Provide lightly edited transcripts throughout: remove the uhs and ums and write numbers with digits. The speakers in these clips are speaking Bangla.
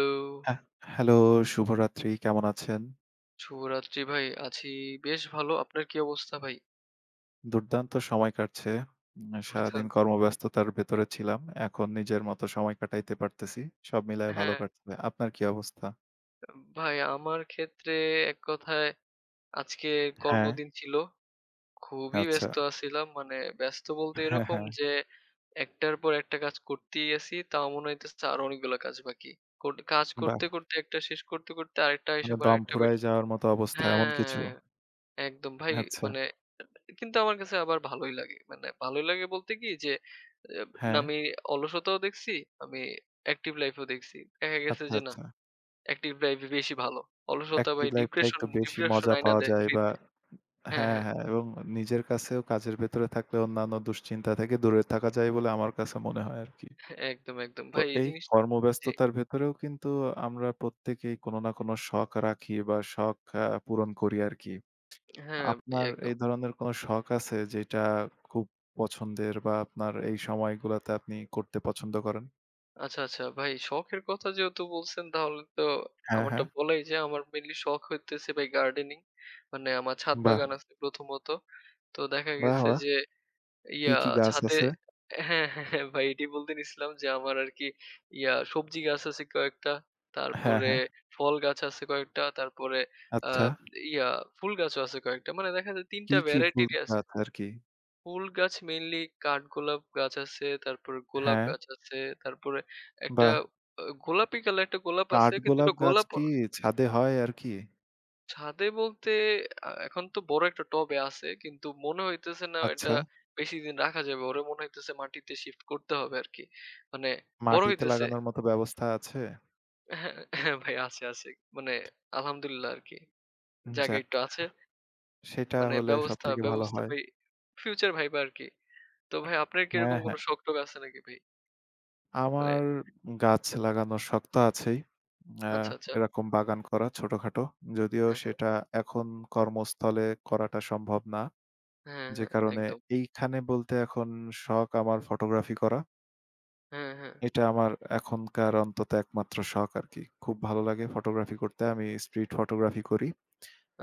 তো হ্যাঁ, হ্যালো, শুভরাত্রি। কেমন আছেন? শুভরাত্রি ভাই। আছি বেশ ভালো। আপনার কি অবস্থা ভাই? দুর্দান্ত সময় কাটছে। সারাদিন দুর্দান্ত। কর্মব্যস্ততার ভেতরে ছিলাম। এখন নিজের মতো সময় কাটাইতে পারতেছি। সব মিলায় ভালো হ্যাঁ, কাটছে। আপনার কি অবস্থা? ভাই আমার ক্ষেত্রে এক কথায় আজকে হ্যাঁ, কর্মদিন ছিল। খুবই আচ্ছা। ব্যস্ত আছিলাম। মানে ব্যস্ত বলতে হ্যাঁ, এরকম হ্যাঁ। যে একটার পর একটা কাজ করতেই আছি। তাও মনে হইতেছে আরো অনেকগুলা কাজ বাকি। কোট কাজ বাহ! করতে, করতে একটা শেষ করতে, করতে আরেকটা এসে মানে পড়ে দম আরেকটা বেশ ফুরায় যাওয়ার মতো অবস্থা এমন কিছু? হ্যাঁ, একদম ভাই আচ্ছা। মানে কিন্তু আমার কাছে আবার ভালোই লাগে। মানে ভালোই লাগে বলতে কি যে, এব হ্যাঁ। আমি অলসতাও দেখছি, আমি অ্যাক্টিভ লাইফ ও দেখছি। দেখা গেছে আচ্ছা, যে না, আচ্ছা। অ্যাক্টিভ লাইফ ই বেশি ভালো। অলসতা ভাই অ্যাক্টিভ লাইফটা ডিপ্রেশন, একটু বেশি ডিপ্রেশন মজা আইনা পাওয়া দেয় যায় বা ফ্রিতে। হ্যাঁ, হ্যাঁ, হ্যাঁ, হ্যাঁ এবং নিজের কাছেও কাজের ভেতরে থাকলে অন্যান্য দুশ্চিন্তা থেকে দূরে থাকা যায় বলে আমার কাছে মনে হয় আরকি। হ্যাঁ, একদম, একদম। তো ভাই এই এই জিনিস জি, কর্মব্যস্ততার ভেতরেও কিন্তু আমরা প্রত্যেকেই কোনো না কোনো শখ রাখি বা শখ পূরণ করি আরকি। হ্যাঁ, ভাই আপনার একদম। এই ধরনের কোনো শখ আছে যেটা খুব পছন্দের বা আপনার এই সময়গুলাতে আপনি করতে পছন্দ করেন? আচ্ছা, আচ্ছা ভাই শখের কথা যেহেতু বলছেন তাহলে তো হ্যাঁ, আমারটা হ্যাঁ। বলাই যায়। আমার মেইনলি শখ হইতেছে ভাই গার্ডেনিং। মানে আমার ছাদ বাহ! বাগান আছে প্রথমত। তো দেখা বাহ, গেছে বাহ! যে কি, ইয়া কি গাছ ছাদে আছে? হ্যাঁ, হ্যাঁ, হ্যাঁ, ভাই এটি বলতে নিছিলাম যে আমার আরকি সবজি গাছ আছে কয়েকটা, হ্যাঁ, তারপরে হ্যাঁ। ফল গাছ আছে কয়েকটা, তারপরে আ আচ্ছা। ইয়া ফুল গাছও আছে কয়েকটা। মানে দেখা যায় ৩ টা কি, কি ফুল ভ্যারাইটিরই আছে। গাছ আরকি? ফুল গাছ মেইনলি কাঠগোলাপ গাছ আছে, তারপরে গোলাপ হ্যাঁ, গাছ আছে, তারপরে একটা বাহ! গোলাপি কালার একটা গোলাপ আছে কিন্তু কাঠগোলাপ এটা গাছ গোলাপও কি না। ছাদে হয় আরকি? ছাদে বলতে এখন তো বড় একটা টবে আছে। কিন্তু মনে হইতেছে না এটা আচ্ছা। বেশিদিন রাখা যাবে। ওরে মনে হইতেছে মাটিতে শিফট করতে হবে আরকি। মানে বড় মাটিতে হইতেছে। লাগানোর মতো ব্যবস্থা আছে? হ্যাঁ, হ্যাঁ ভাই আছে, আছে। মানে আলহামদুলিল্লাহ আরকি। জায়গা যাক। একটু আছে। সেটা মানে হলে ব্যবস্থা, সবথেকে ভালো ব্যবস্থা হয়। ভাই ফিউচার ভাইবা আরকি। তো ভাই আপনার কি হ্যাঁ, এরকম কোনো হ্যাঁ। শখ-টখ আছে নাকি ভাই? মানে আমার গাছ লাগানোর শখ তো আছেই। আ আচ্ছা, আচ্ছা। এরকম বাগান করা ছোটখাটো। যদিও হ্যাঁ, হ্যাঁ। সেটা এখন কর্মস্থলে করাটা সম্ভব না। হ্যাঁ, যে হ্যাঁ কারণে একদম। এইখানে বলতে এখন শখ আমার ফটোগ্রাফি করা। হ্যাঁ, হ্যাঁ। এটা আমার এখনকার অন্তত একমাত্র শখ আরকি। খুব ভালো লাগে ফটোগ্রাফি করতে। আমি স্ট্রিট ফটোগ্রাফি করি।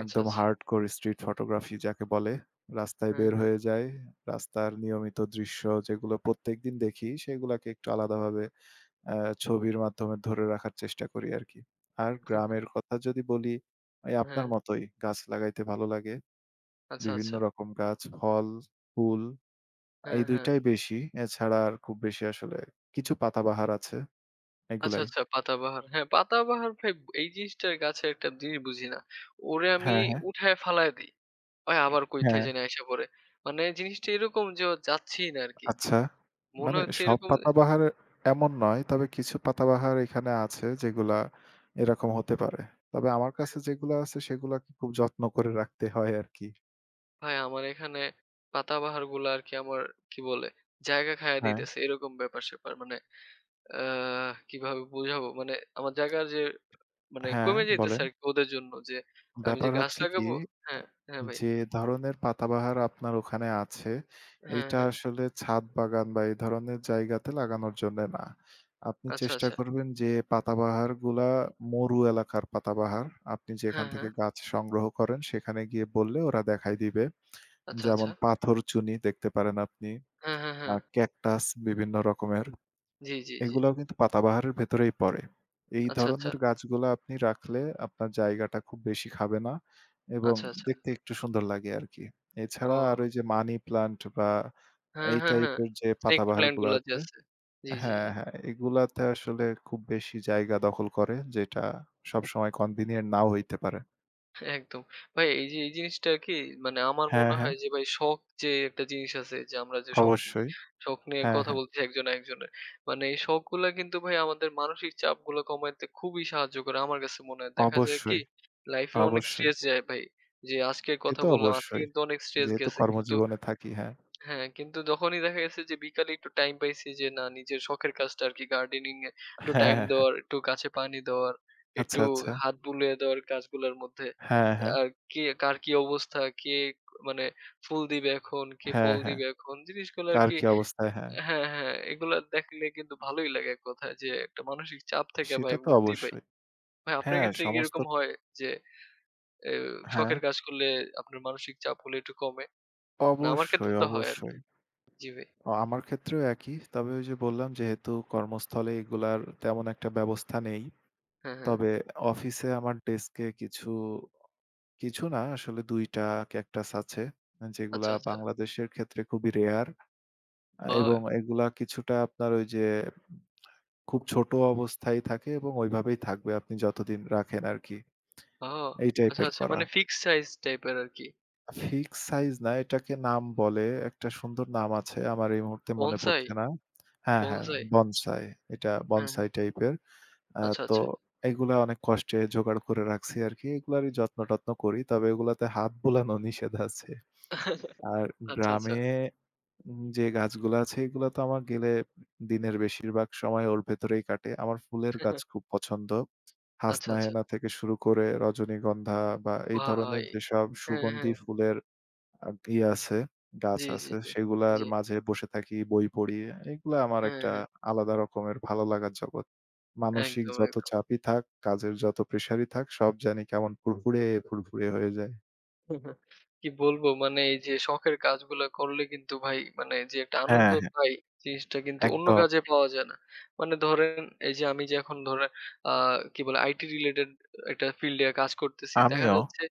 আচ্ছা, একদম আচ্ছা। হার্ডকোর স্ট্রিট ফটোগ্রাফি যাকে বলে। রাস্তায় হ্যাঁ, বের হ্যাঁ। হয়ে যাই। রাস্তার নিয়মিত দৃশ্য যেগুলো প্রত্যেকদিন দেখি, সেগুলাকে একটু আলাদাভাবে ছবির মাধ্যমে ধরে রাখার চেষ্টা করি আরকি। আর হ্যাঁ, গ্রামের কথা যদি বলি, এই হ্যাঁ। আপনার মতোই গাছ লাগাইতে ভালো লাগে। আচ্ছা, বিভিন্ন আচ্ছা। রকম গাছ, ফল, ফুল এই হ্যাঁ, ২ হ্যাঁ। টাই বেশি। এছাড়া আর খুব বেশি আসলে কিছু পাতাবাহার আছে, আচ্ছা, এগুলাই। আচ্ছা পাতাবাহার। হ্যাঁ, পাতাবাহার ভাই এই জিনিসটার গাছের একটা জিনিস বুঝি না। ওরে আমি হ্যাঁ, হ্যাঁ। উঠায় ফালায় দেই। ভাই আবার কই থেকে হ্যাঁ। জানি আইসা পড়ে। মানে জিনিসটা এরকম যে ও যাচ্ছেই না আরকি। আচ্ছা। মনে মানে হচ্ছে সব এরকম পাতাবাহার এমন নয়। তবে কিছু পাতাবাহার এখানে আছে যেগুলা এরকম হতে পারে। তবে আমার হ্যাঁ, কাছে যেগুলা আছে সেগুলাকে খুব যত্ন করে রাখতে হয় আরকি। ভাই আমার এখানে পাতাবাহারগুলা আরকি আমার কি বলে জায়গা খায়া হ্যাঁ, দিতেছে এরকম ব্যাপার-স্যাপার। মানে আহ কিভাবে বুঝাবো? মানে আমার জায়গার যে মানে হ্যাঁ কমে যাইতেছে বলেন। আরকি ওদের জন্য যে আমি যে ব্যাপার গাছ হচ্ছে কি লাগাবো হ্যাঁ, হ্যাঁ ভাই। যে ধরনের পাতাবাহার আপনার ওখানে আছে, হ্যাঁ, এইটা হ্যাঁ। আসলে ছাদ বাগান বা এই ধরনের জায়গাতে লাগানোর জন্যে না। আপনি আচ্ছা, চেষ্টা আচ্ছা। করবেন যে পাতাবাহারগুলা মরু এলাকার পাতাবাহার। আপনি যেখান হ্যাঁ, হ্যাঁ। থেকে গাছ সংগ্রহ করেন সেখানে গিয়ে বললে ওরা দেখায় দিবে। আচ্ছা, যেমন আচ্ছা। পাথরচুনি দেখতে পারেন আপনি, হ্যাঁ, হ্যাঁ, হ্যাঁ। ক্যাকটাস বিভিন্ন রকমের। জি, জি, জি। এগুলাও কিন্তু পাতাবাহারের ভেতরেই পড়ে। এই আচ্ছা, আচ্ছা, ধরনের গাছগুলা আপনি রাখলে আপনার জায়গাটা খুব বেশি খাবে না এবং আচ্ছা, আচ্ছা। দেখতে একটু সুন্দর লাগে আরকি। ও এছাড়া আর ওই যে মানি প্লান্ট বা হ্যাঁ, এই হ্যাঁ, হ্যাঁ। টাইপের যে স্নেক প্ল্যান্ট পাতাবাহারগুলো গুলা যে আছে আছে। জি, জি, হ্যাঁ, জি। হ্যাঁ, এগুলাতে আসলে খুব বেশি জায়গা দখল করে যেটা সবসময় কনভিনিয়েন্ট নাও হইতে পারে। একদম। ভাই এই যে এই জিনিসটা কি মানে আমার হ্যাঁ, মনে হ্যাঁ, হয় যে ভাই শখ যে একটা জিনিস আছে যে আমরা যে শখ, অবশ্যই। শখ নিয়ে হ্যাঁ, কথা হ্যাঁ, বলছি একজন আরেকজনের। মানে এই শখগুলা কিন্তু ভাই আমাদের মানসিক চাপগুলো কমাইতে খুবই সাহায্য করে আমার কাছে মনে হয়। দেখা যায় কি অবশ্যই, লাইফে অনেক অবশ্যই। স্ট্রেস যায় ভাই। যে আজকে সে কথা তো বললাম, আজকে অবশ্যই। কিন্তু অনেক স্ট্রেস যেহেতু গেছে কিন্তু কর্মজীবনে থাকি, হ্যাঁ। হ্যাঁ, কিন্তু যখনই দেখা গেছে যে বিকালে একটু টাইম পাইছি যে না নিজের শখের কাজটা আরকি গার্ডেনিং এ একটু টাইম হ্যাঁ, দেওয়ার, হ্যাঁ। একটু গাছে পানি দেওয়ার, আচ্ছা, একটু আচ্ছা। হাত বুলিয়ে দেওয়ার গাছগুলার মধ্যে। হ্যাঁ, হ্যাঁ। আর কে কার কি অবস্থা, কে মানে ফুল দিবে এখন, কে হ্যাঁ, ফল হ্যাঁ। দিবে এখন জিনিসগুলো কার আরকি কি অবস্থায় হ্যাঁ, হ্যাঁ, হ্যাঁ এগুলা দেখলে কিন্তু ভালোই লাগে এক কথায় যে একটা মানসিক চাপ থেকে ভাই সেটা তো মুক্তি পাই। অবশ্যই। ভাই আপনার হ্যাঁ, ক্ষেত্রে কি সমস্ত এরকম হয় যে এ হ্যাঁ, শখের কাজ করলে আপনার মানসিক চাপ হলে একটু কমে? না আমার ক্ষেত্রে অবশ্যই, তো হয় আরকি। অবশ্যই। জি ভাই। আমার ক্ষেত্রেও একই। তবে ওই যে বললাম যেহেতু কর্মস্থলে এগুলার তেমন একটা ব্যবস্থা নেই। হ্যাঁ, হ্যাঁ। তবে অফিসে আমার ডেস্কে কিছু না আসলে ২ টা ক্যাকটাস আছে। যেগুলা আচ্ছা, আচ্ছা। বাংলাদেশের ক্ষেত্রে খুবই রেয়ার এবং ও! এগুলা কিছুটা আপনার ওই যে খুব ছোট অবস্থায় থাকে এবং ওইভাবেই থাকবে আপনি যতদিন রাখেন আরকি। ও! এই আচ্ছা, টাইপের আচ্ছা। করা। মানে ফিক্সড সাইজ টাইপের আরকি। ফিক্স সাইজ না, এটাকে নাম বলে। একটা সুন্দর নাম আছে। আমার এই মুহূর্তে মনে বনসাই? পড়ছে না। হ্যাঁ, হ্যাঁ, বনসাই? বনসাই। এটা হ্যাঁ, বনসাই হ্যাঁ। টাইপের। আচ্ছা, তো আচ্ছা। এগুলা অনেক কষ্টে জোগাড় করে রাখছি আরকি। এগুলারই যত্ন-টত্ন করি। তবে এগুলাতে হাত বুলানো নিষেধ আছে। আর আচ্ছা, আচ্ছা। গ্রামে যে গাছগুলা আছে এগুলা তো আমার গেলে দিনের বেশিরভাগ সময় ওর ভেতরেই কাটে। আমার ফুলের গাছ খুব পছন্দ। আচ্ছা, হাসনা আচ্ছা। হেনা থেকে শুরু করে রজনীগন্ধা বা এই ভাই! ধরনের যেসব হ্যাঁ, সুগন্ধি হ্যাঁ। ফুলের আ ইয়ে আছে, গাছ জি, জি, আছে। জি। সেগুলার জি। মাঝে বসে থাকি, বই পড়ি। এগুলা আমার হ্যাঁ, একটা হ্যাঁ। আলাদা রকমের ভালো লাগার জগৎ। মানসিক একদম, যত একদম। চাপই থাক, কাজের যত প্রেশারই থাক, সব জানি কেমন ফুরফুরে হয়ে যায়। কি বলবো মানে এই যে শখের কাজগুলা করলে কিন্তু ভাই মানে যে একটা আনন্দ হ্যাঁ, হ্যাঁ, পাই জিনিসটা কিন্তু অন্য একদম। কাজে পাওয়া যায় না। মানে ধরেন এই যে আমি যে এখন ধরেন আ কি বলে আইটি রিলেটেড একটা ফিল্ডে কাজ করতেছি। দেখা আমিও। যাচ্ছে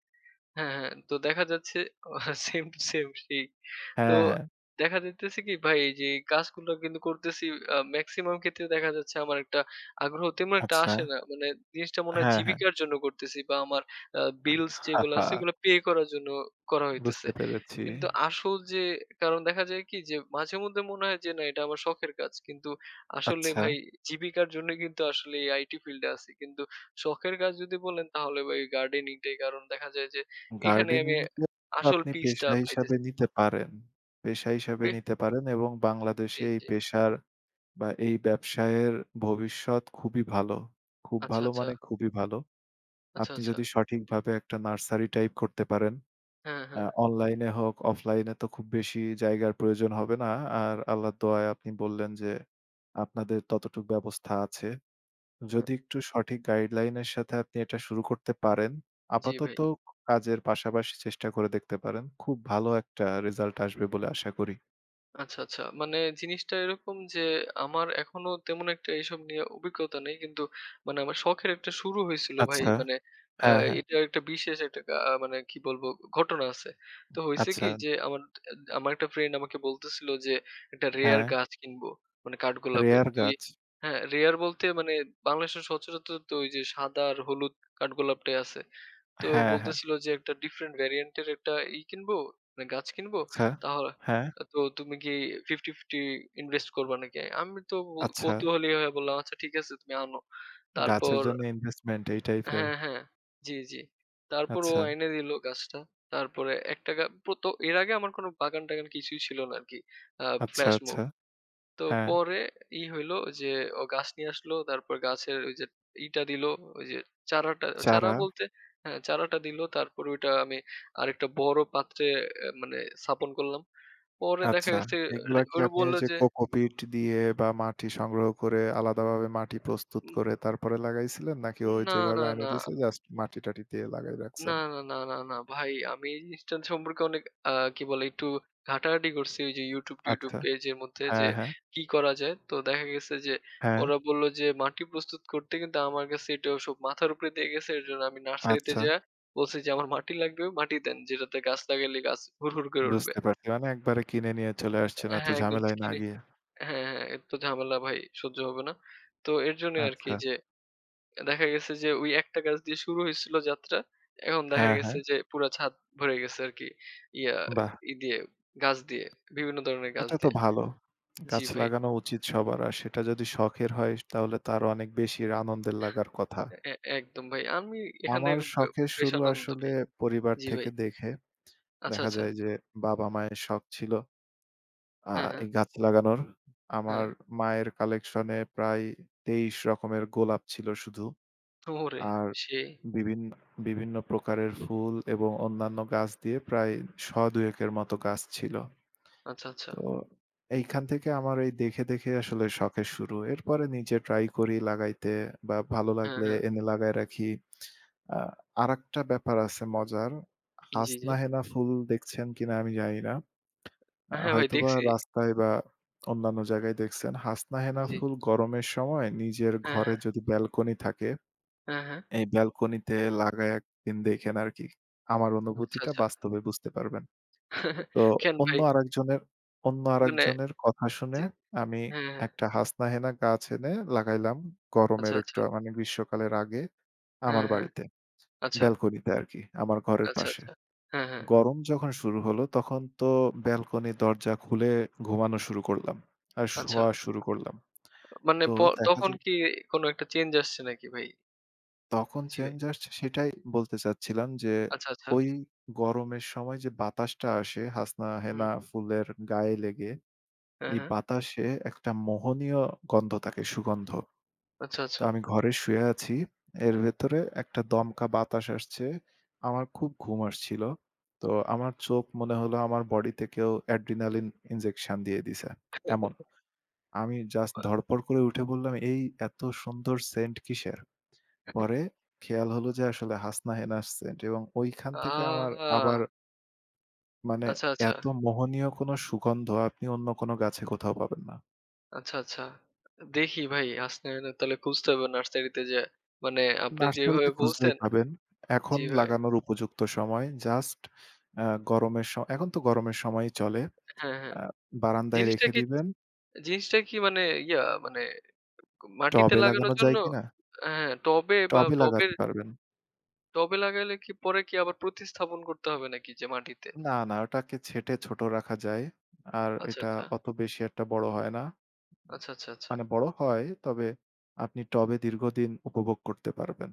হ্যাঁ, হ্যাঁ। তো দেখা যাচ্ছে সেম টু সেম সেই। তো হ্যাঁ, হ্যাঁ। দেখা যাইতেছে কি ভাই এই যে কাজগুলো কিন্তু করতেছি মেক্সিমাম ক্ষেত্রে দেখা যাচ্ছে আমার একটা আগ্রহ তেমন একটা আচ্ছা। আসে না। মানে জিনিসটা মনে হয় হ্যাঁ, হ্যাঁ। জীবিকার জন্য করতেছি বা আমার বিলস যেগুলো আছে এগুলো পে করার জন্য করা হইতেছে। বুঝতে পেরেছি। কিন্তু আসল যে কারণ দেখা যায় কি যে মাঝে মধ্যে মনে হয় যে না এটা আমার শখের কাজ। কিন্তু আসলে আচ্ছা, ভাই জীবিকার জন্য কিন্তু আসলে এই আইটি ফিল্ডে আছি। কিন্তু শখের কাজ যদি বলেন তাহলে ভাই গার্ডেনিংটাই। কারণ দেখা যায় যে এখানে আমি গার্ডেনিং কে আসল আপনি পিসটা পেশা হিসাবে পাইতেছি। নিতে পারেন। পেশা হিসাবে বে- নিতে পারেন এবং জি, বাংলাদেশে এই জি। পেশার বা এই ব্যবসায়ের ভবিষ্যৎ খুবই ভালো। খুব আচ্ছা, ভালো আচ্ছা, মানে খুবই ভালো। আচ্ছা, আপনি আচ্ছা। যদি সঠিকভাবে একটা নার্সারি টাইপ করতে পারেন, হ্যাঁ, হ্যাঁ, অনলাইনে হোক, অফলাইনে তো খুব বেশি জায়গার প্রয়োজন হবে না। আর আল্লাহর দোয়ায় আপনি বললেন যে আপনাদের ততটুক ব্যবস্থা আছে। হ্যাঁ। যদি একটু সঠিক গাইডলাইনের সাথে আপনি এটা শুরু করতে পারেন, জি ভাই। আপাতত কাজের পাশাপাশি চেষ্টা করে দেখতে পারেন। খুব ভালো একটা রেজাল্ট আসবে বলে আশা করি। আচ্ছা, আচ্ছা। মানে জিনিসটা এরকম যে আমার এখনো তেমন একটা এসব নিয়ে অভিজ্ঞতা নেই। কিন্তু মানে আমার শখের একটা শুরু হয়েছিল ভাই। আচ্ছা। মানে আ হ্যাঁ, হ্যাঁ। এটা একটা বিশেষ একটা আহ, মানে কি বলবো ঘটনা আছে। তো হইছে কি আচ্ছা। যে আমার আ আমার একটা ফ্রেন্ড আমাকে বলতেছিল যে একটা রেয়ার হ্যাঁ, গাছ কিনবো। মানে কাঠগোলাপের। রেয়ার তুই গাছ। হ্যাঁ, রেয়ার বলতে মানে বাংলাদেশের সচরাচর তো ওই যে সাদা আর হলুদ কাঠগোলাপটাই আছে। তো হ্যাঁ, হ্যাঁ। বলতেছিল যে একটা ডিফারেন্ট ভেরিয়েন্ট এর একটা কিনবো, মানে গাছ কিনবো। আচ্ছা। তাহলে হ্যাঁ, তো তুমি কি 50-50 ইনভেস্ট করবা নাকি? আমি তো আচ্ছা। কৌতূহলী হয়ে বললাম, "আচ্ছা ঠিক আছে তুমি আনো।" গাছের তারপর জন্য ইনভেস্টমেন্ট এই টাইপের। হ্যাঁ, হ্যাঁ। জি, জি। তারপর ও আচ্ছা, এনে দিল গাছটা। তারপরে একটা গা প্রত এর আগে আমার কোন বাগান-টাগান কিছুই ছিল না আরকি। আ আচ্ছা, ফ্ল্যাশ মুভ আচ্ছা। তো হ্যাঁ, পরে হইলো যে ও গাছ নিয়ে আসলো। তারপর গাছের ওই যে দিলো, ওই যে চারাটা চারা চারা। বলতে হ্যাঁ, চারাটা দিলো। তারপর ওইটা আমি আরেকটা বড় পাত্রে মানে স্থাপন করলাম। পরে দেখা আচ্ছা। গেছে এগুলা রে কি ওরা আপনি বলল ওই যে যে, কোকোপিট দিয়ে বা মাটি সংগ্রহ করে আলাদাভাবে মাটি প্রস্তুত করে তারপরে লাগাইছিলেন? নাকি ওই না, যেভাবে না, এনে না। দিছে জাস্ট মাটি-টাটি দিয়ে লাগাই না, রাখছেন? না, না, না, না ভাই আমি এই জিনিসটা সম্পর্কে অনেক আ কি বলে একটু ঘাটাঘাটি করছি ওই যে YouTube-টিউটিউব আচ্ছা। পেজের মধ্যে যে হ্যাঁ, হ্যাঁ, কি করা যায়। তো দেখা গেছে যে হ্যাঁ। ওরা বলল যে মাটি প্রস্তুত করতে কিন্তু আমার কাছে এটা সব মাথার উপরে দিয়ে গেছে। এজন্য আমি নার্সারিতে আচ্ছা। যায়া বলছি যে আমার মাটি লাগবে, মাটি দেন। যেটাতে গাছ লাগাইলে গাছ হুড়হুড় করে উঠবে। বুঝতে পারছি। মানে একবারে কিনে নিয়ে চলে আসছেন এত হ্যাঁ, একদম ঝামেলায় না কিনে গিয়ে। হ্যাঁ, হ্যাঁ, এত ঝামেলা ভাই সহ্য হবে না। তো এর জন্যই আরকি আচ্ছা। যে দেখা গেছে যে ওই একটা গাছ দিয়ে শুরু হয়েছিল যাত্রা। এখন দেখা হ্যাঁ, হ্যাঁ। গেছে যে পুরা ছাদ ভরে গেছে আরকি। ইয়া বাহ! দিয়ে গাছ দিয়ে, বিভিন্ন ধরনের গাছ এটা তো দিয়ে। ভালো। জি গাছ ভাই, লাগানো উচিত সবার। আর সেটা যদি শখের হয় তাহলে তার অনেক বেশি আনন্দের লাগার কথা। এ এ- একদম ভাই। আমি এখান আমার থেকে শখের বেশ শুরু আনন্দ আসলে পাই। পরিবার জি ভাই। থেকে দেখে। আচ্ছা, দেখা আচ্ছা। যায় যে বাবা-মায়ের শখ ছিল আ হ্যাঁ, হ্যাঁ, এই গাছ লাগানোর। আমার হ্যাঁ। মায়ের কালেকশনে প্রায় ২৩ রকমের গোলাপ ছিল শুধু। ওরে! আর সেই। বিভিন বিভিন্ন প্রকারের ফুল এবং অন্যান্য গাছ দিয়ে প্রায় শ ২ এর মতো গাছ ছিল। আচ্ছা, আচ্ছা। তো এইখান থেকে আমার এই দেখে আসলে শখের শুরু। এরপরে নিজে ট্রাই করি লাগাইতে বা ভালো হ্যাঁ, লাগলে হ্যাঁ। এনে লাগায় রাখি। আ আরেকটা ব্যাপার আছে মজার। জি, জি। হাসনা হেনা ফুল দেখছেন কিনা আমি জানি না। হ্যাঁ হ্যাঁ ভাই হয়তোবা দেখছি। রাস্তায় বা অন্যান্য জায়গায় দেখছেন। হাসনা হেনা জি। ফুল গরমের সময় নিজের হ্যাঁ, হ্যাঁ, ঘরে যদি ব্যালকনি থাকে, হ্যাঁ, হ্যাঁ। এই ব্যালকনিতে লাগায় একদিন দেখেন আরকি। আমার আচ্ছা, অনুভূতিটা আচ্ছা। বাস্তবে বুঝতে পারবেন। তো কেন অন্য ভাই? আরেকজনের অন্য মানে আরেকজনের কথা শুনে জি। আমি হ্যাঁ, হ্যাঁ। একটা হাসনাহেনা গাছ এনে লাগাইলাম আচ্ছা, গরমের আচ্ছা। একটু মানে গ্রীষ্মকালের আগে হ্যাঁ, আমার হ্যাঁ। বাড়িতে। আচ্ছা, ব্যালকনিতে আরকি, আমার ঘরের আচ্ছা, আচ্ছা। পাশে। আচ্ছা, হ্যাঁ, হ্যাঁ। গরম যখন শুরু হলো তখন তো ব্যালকনির দরজা খুলে ঘুমানো শুরু করলাম। আর আচ্ছা। শোয়া শুরু করলাম। মানে তো দেখা তখন যায় কি কোনো একটা চেঞ্জ আসছে নাকি ভাই? তখন জি ভাই। চেঞ্জ আসছে সেটাই বলতে চাচ্ছিলাম যে আচ্ছা, আচ্ছা। ওই গরমের সময় যে বাতাসটা আসে হাসনাহেনা হুম। ফুলের গায়ে লেগে হ্যাঁ, এই হ্যাঁ। বাতাসে একটা মোহনীয় গন্ধ থাকে, সুগন্ধ। আচ্ছা, তো আচ্ছা। আমি ঘরে শুয়ে আছি। এর ভেতরে একটা দমকা বাতাস আসছে। আমার খুব ঘুম আসছিল। তো আমার চোখ মনে হলো আমার বডিতে কেউ অ্যাড্রিনালিন ইনজেকশন দিয়ে দিছে। এমন। আমি জাস্ট ধড়পড় করে উঠে বললাম, "এই এত সুন্দর সেন্ট কিসের?" পরে খেয়াল হলো যে আসলে হাসনা হেনার সেন্ট এবং ঐখান আ থেকে আমার আবার মানে আচ্ছা, আচ্ছা। এত মোহনীয় কোনো সুগন্ধ আপনি অন্য কোনো গাছে কোথাও পাবেন না। আচ্ছা, আচ্ছা। দেখি ভাই আসলে না তাহলে খুঁজতে হবে নার্সারিতে যেয়ে। মানে আপনি যেভাবে নার্সারিতে বলছেন খুঁজলেই পাবেন। এখন জি ভাই। লাগানোর উপযুক্ত সময়। জাস্ট আ গরমের স এখন তো গরমের সময়ই চলে। আ হ্যাঁ, হ্যাঁ। বারান্দায় জিনিসটা রেখে কি দিবেন। জিনিসটা কি মানে ইয়া মানে মাটিতে টবে লাগানোর লাগানো জন্য যায় কিনা? হ্যাঁ, টবে বা টবে টবের লাগাতে পারবেন। টবে লাগাইলে কি পরে কি আবার প্রতিস্থাপন করতে হবে নাকি যে মাটিতে? না, না ওটাকে ছেঁটে ছোট রাখা যায়। আর আচ্ছা, এটা আচ্ছা। অত বেশি একটা বড় হয় না। আচ্ছা, আচ্ছা, আচ্ছা। মানে বড় হয়, তবে আপনি টবে দীর্ঘদিন উপভোগ করতে পারবেন।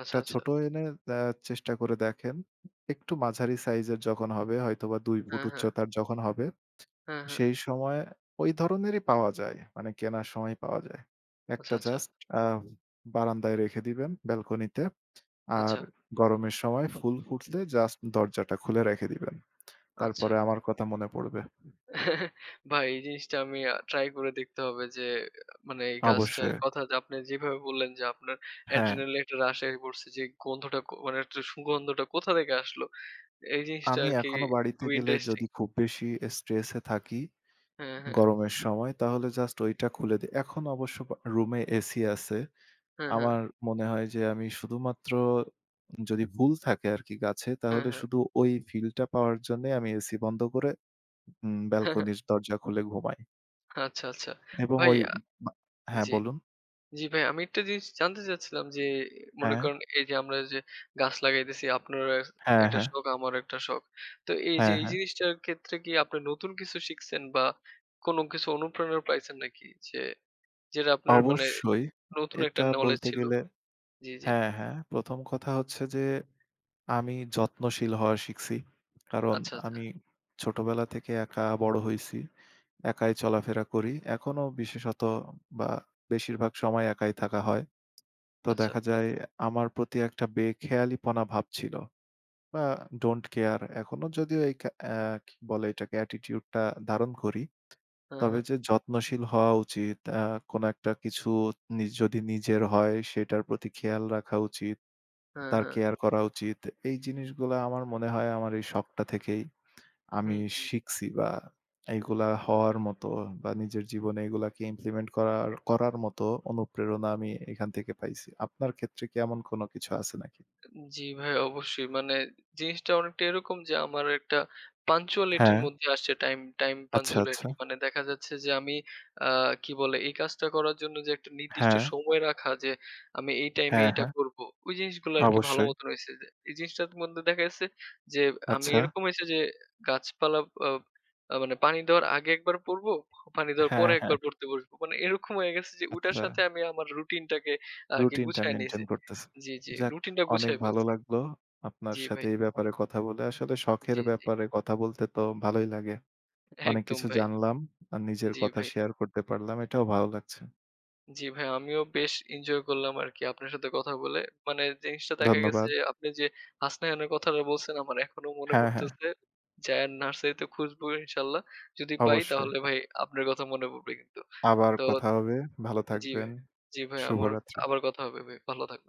আচ্ছা, আচ্ছা। ছোট এনে আ চেষ্টা করে দেখেন। একটু মাঝারি সাইজের যখন হবে, হয়তোবা ২ ফুট হ্যাঁ, হ্যাঁ। উচ্চতার যখন হবে হ্যাঁ, হ্যাঁ। সেই সময়ে ওই ধরনেরই পাওয়া যায়। মানে কেনার সময় পাওয়া যায়। আচ্ছা, একটা আচ্ছা, জাস্ট আ বারান্দায় রেখে দিবেন ব্যালকনিতে। আচ্ছা, আর গরমের সময় ফুল ফুটলে জাস্ট দরজাটা খুলে রেখে দিবেন। আচ্ছা। তারপরে আমার কথা মনে পড়বে। ভাই এই জিনিসটা আমি ট্রাই করে দেখতে হবে যে মানে এই গাছটার অবশ্যই। কথা যে আপনি যেভাবে বললেন যে আপনার হ্যাঁ, adrenaline একটা rush এ পড়ছে যে গন্ধটা মানে একটা সুগন্ধটা কোথা থেকে আসলো? এই জিনিসটা আমি আরকি এখনো বাড়িতে খুবই গেলে ইন্টারেস্টিং। যদি খুব বেশি স্ট্রেস এ থাকি হ্যাঁ, হ্যাঁ। গরমের সময় তাহলে জাস্ট ওইটা খুলে দেই। এখন অবশ্য বা রুমে এসি আছে। হ্যাঁ, হ্যাঁ। আমার মনে হয় যে আমি শুধুমাত্র যদি ফুল থাকে আরকি গাছে, হ্যাঁ, তাহলে হ্যাঁ। শুধু ওই ফিলটা পাওয়ার জন্যে আমি এসি বন্ধ করে হ্যাঁ, হ্যাঁ। ব্যালকনির দরজা খুলে ঘুমাই আচ্ছা, আচ্ছা। এবং ভাই ওই বা হ্যাঁ, জি। বলুন। জি ভাই, আমি একটা জিনিস জানতে চাচ্ছিলাম যে, মনে হ্যাঁ, করেন এই যে আমরা যে গাছ লাগাইতেছি, আপনার হ্যাঁ, একটা হ্যাঁ, শখ, আমারও একটা শখ। তো এই যে হ্যাঁ, এই হ্যাঁ। জিনিসটার ক্ষেত্রে কি আপনি নতুন কিছু শিখছেন বা কোনো কিছু অনুপ্রেরণা পাইছেন নাকি? যে যেটা আপনার মানে অবশ্যই নতুন একটা এটা knowledge বলতে ছিল? গেলে জি, জি। হ্যাঁ, হ্যাঁ। ১ম কথা হচ্ছে যে আমি যত্নশীল হওয়া শিখছি। কারণ আচ্ছা, আচ্ছা, আমি ছোটবেলা থেকে একা বড় হইছি। একাই চলাফেরা করি। এখনো বিশেষত বা বেশিরভাগ সময় একাই থাকা হয়। তো আচ্ছা। দেখা যায় আমার প্রতি একটা বেখেয়ালিপনা ভাব ছিল বা ডোন্ট কেয়ার এখনো যদিও এই কা অ্যা কি বলে এটাকে অ্যাটিটিউডটা ধারণ করি। হ্যাঁ, তবে হ্যাঁ। যে যত্নশীল হওয়া উচিত, কোনো একটা কিছু নিজ যদি নিজের হয় সেটার প্রতি খেয়াল রাখা উচিত, হ্যাঁ, তার হ্যাঁ। কেয়ার করা উচিত। এই জিনিসগুলা আমার মনে হয় আমার এই শখটা থেকেই আমি হুম। শিখছি বা এইগুলা হওয়ার মতো বা নিজের জীবনে এগুলাকে ইমপ্লিমেন্ট করার করার মতো অনুপ্রেরণা আমি এখান থেকে পাইছি। আপনার ক্ষেত্রে কি এমন কোনো কিছু আছে নাকি? জি ভাই অবশ্যই। মানে জিনিসটা অনেকটা এরকম যে আমার একটা punctuality র হ্যাঁ, মধ্যে আসছে টাইম আচ্ছা, আচ্ছা। punctuality মানে দেখা যাচ্ছে যে আমি আ কি বলে এই কাজটা করার জন্য যে একটা নির্দিষ্ট হ্যাঁ, সময় রাখা যে আমি এই টাইমে হ্যাঁ, এটা হ্যাঁ, করব। ওই জিনিসগুলো আরকি ভালো অবশ্যই। মতন হইছে যে। এই জিনিসটার মধ্যে দেখা গেছে যে আমি আচ্ছা। এরকম হইছে যে গাছপালা আ আ মানে পানি দেওয়ার আগে একবার পড়বো, পানি দেওয়ার হ্যাঁ, পরে হ্যাঁ, একবার পড়তে বসবো। মানে এরকম হয়ে গেছে যে ওটার আচ্ছা। সাথে আমি আমার রুটিনটাকে আরকি রুটিনটা গুছায় নিছি। মেইনটেইন করতেছে। জি, জি। যাক রুটিনটা অনেক গুছায় ভালো ফেলছি। লাগলো আপনার জি সাথে ভাই। এই ব্যাপারে কথা বলে। আসলে শখের জি, জি। ব্যাপারে কথা বলতে তো ভালোই লাগে। অনেক একদম কিছু ভাই। জানলাম। আর নিজের জি কথা ভাই। শেয়ার করতে পারলাম। এটাও ভালো লাগছে। জি ভাই, আমিও বেশ এনজয় করলাম আরকি আপনার সাথে কথা বলে। মানে জিনিসটা দেখা গেছে ধন্যবাদ। যে আপনি যে হাসনাইনের কথাটা বলছেন আমার এখনো মনে হ্যাঁ, হ্যাঁ পড়তেছে। যাইয়া নার্সারিতে খুঁজবো ইনশাআল্লাহ। যদি পাই অবশ্যই। তাহলে ভাই আপনার কথা মনে পড়বে কিন্তু। আবার তো কথা হবে। ভালো জি থাকবেন। ভাই। জি ভাই, আমার শুভরাত্রি। আবার কথা হবে ভাই। ভালো থাকবেন।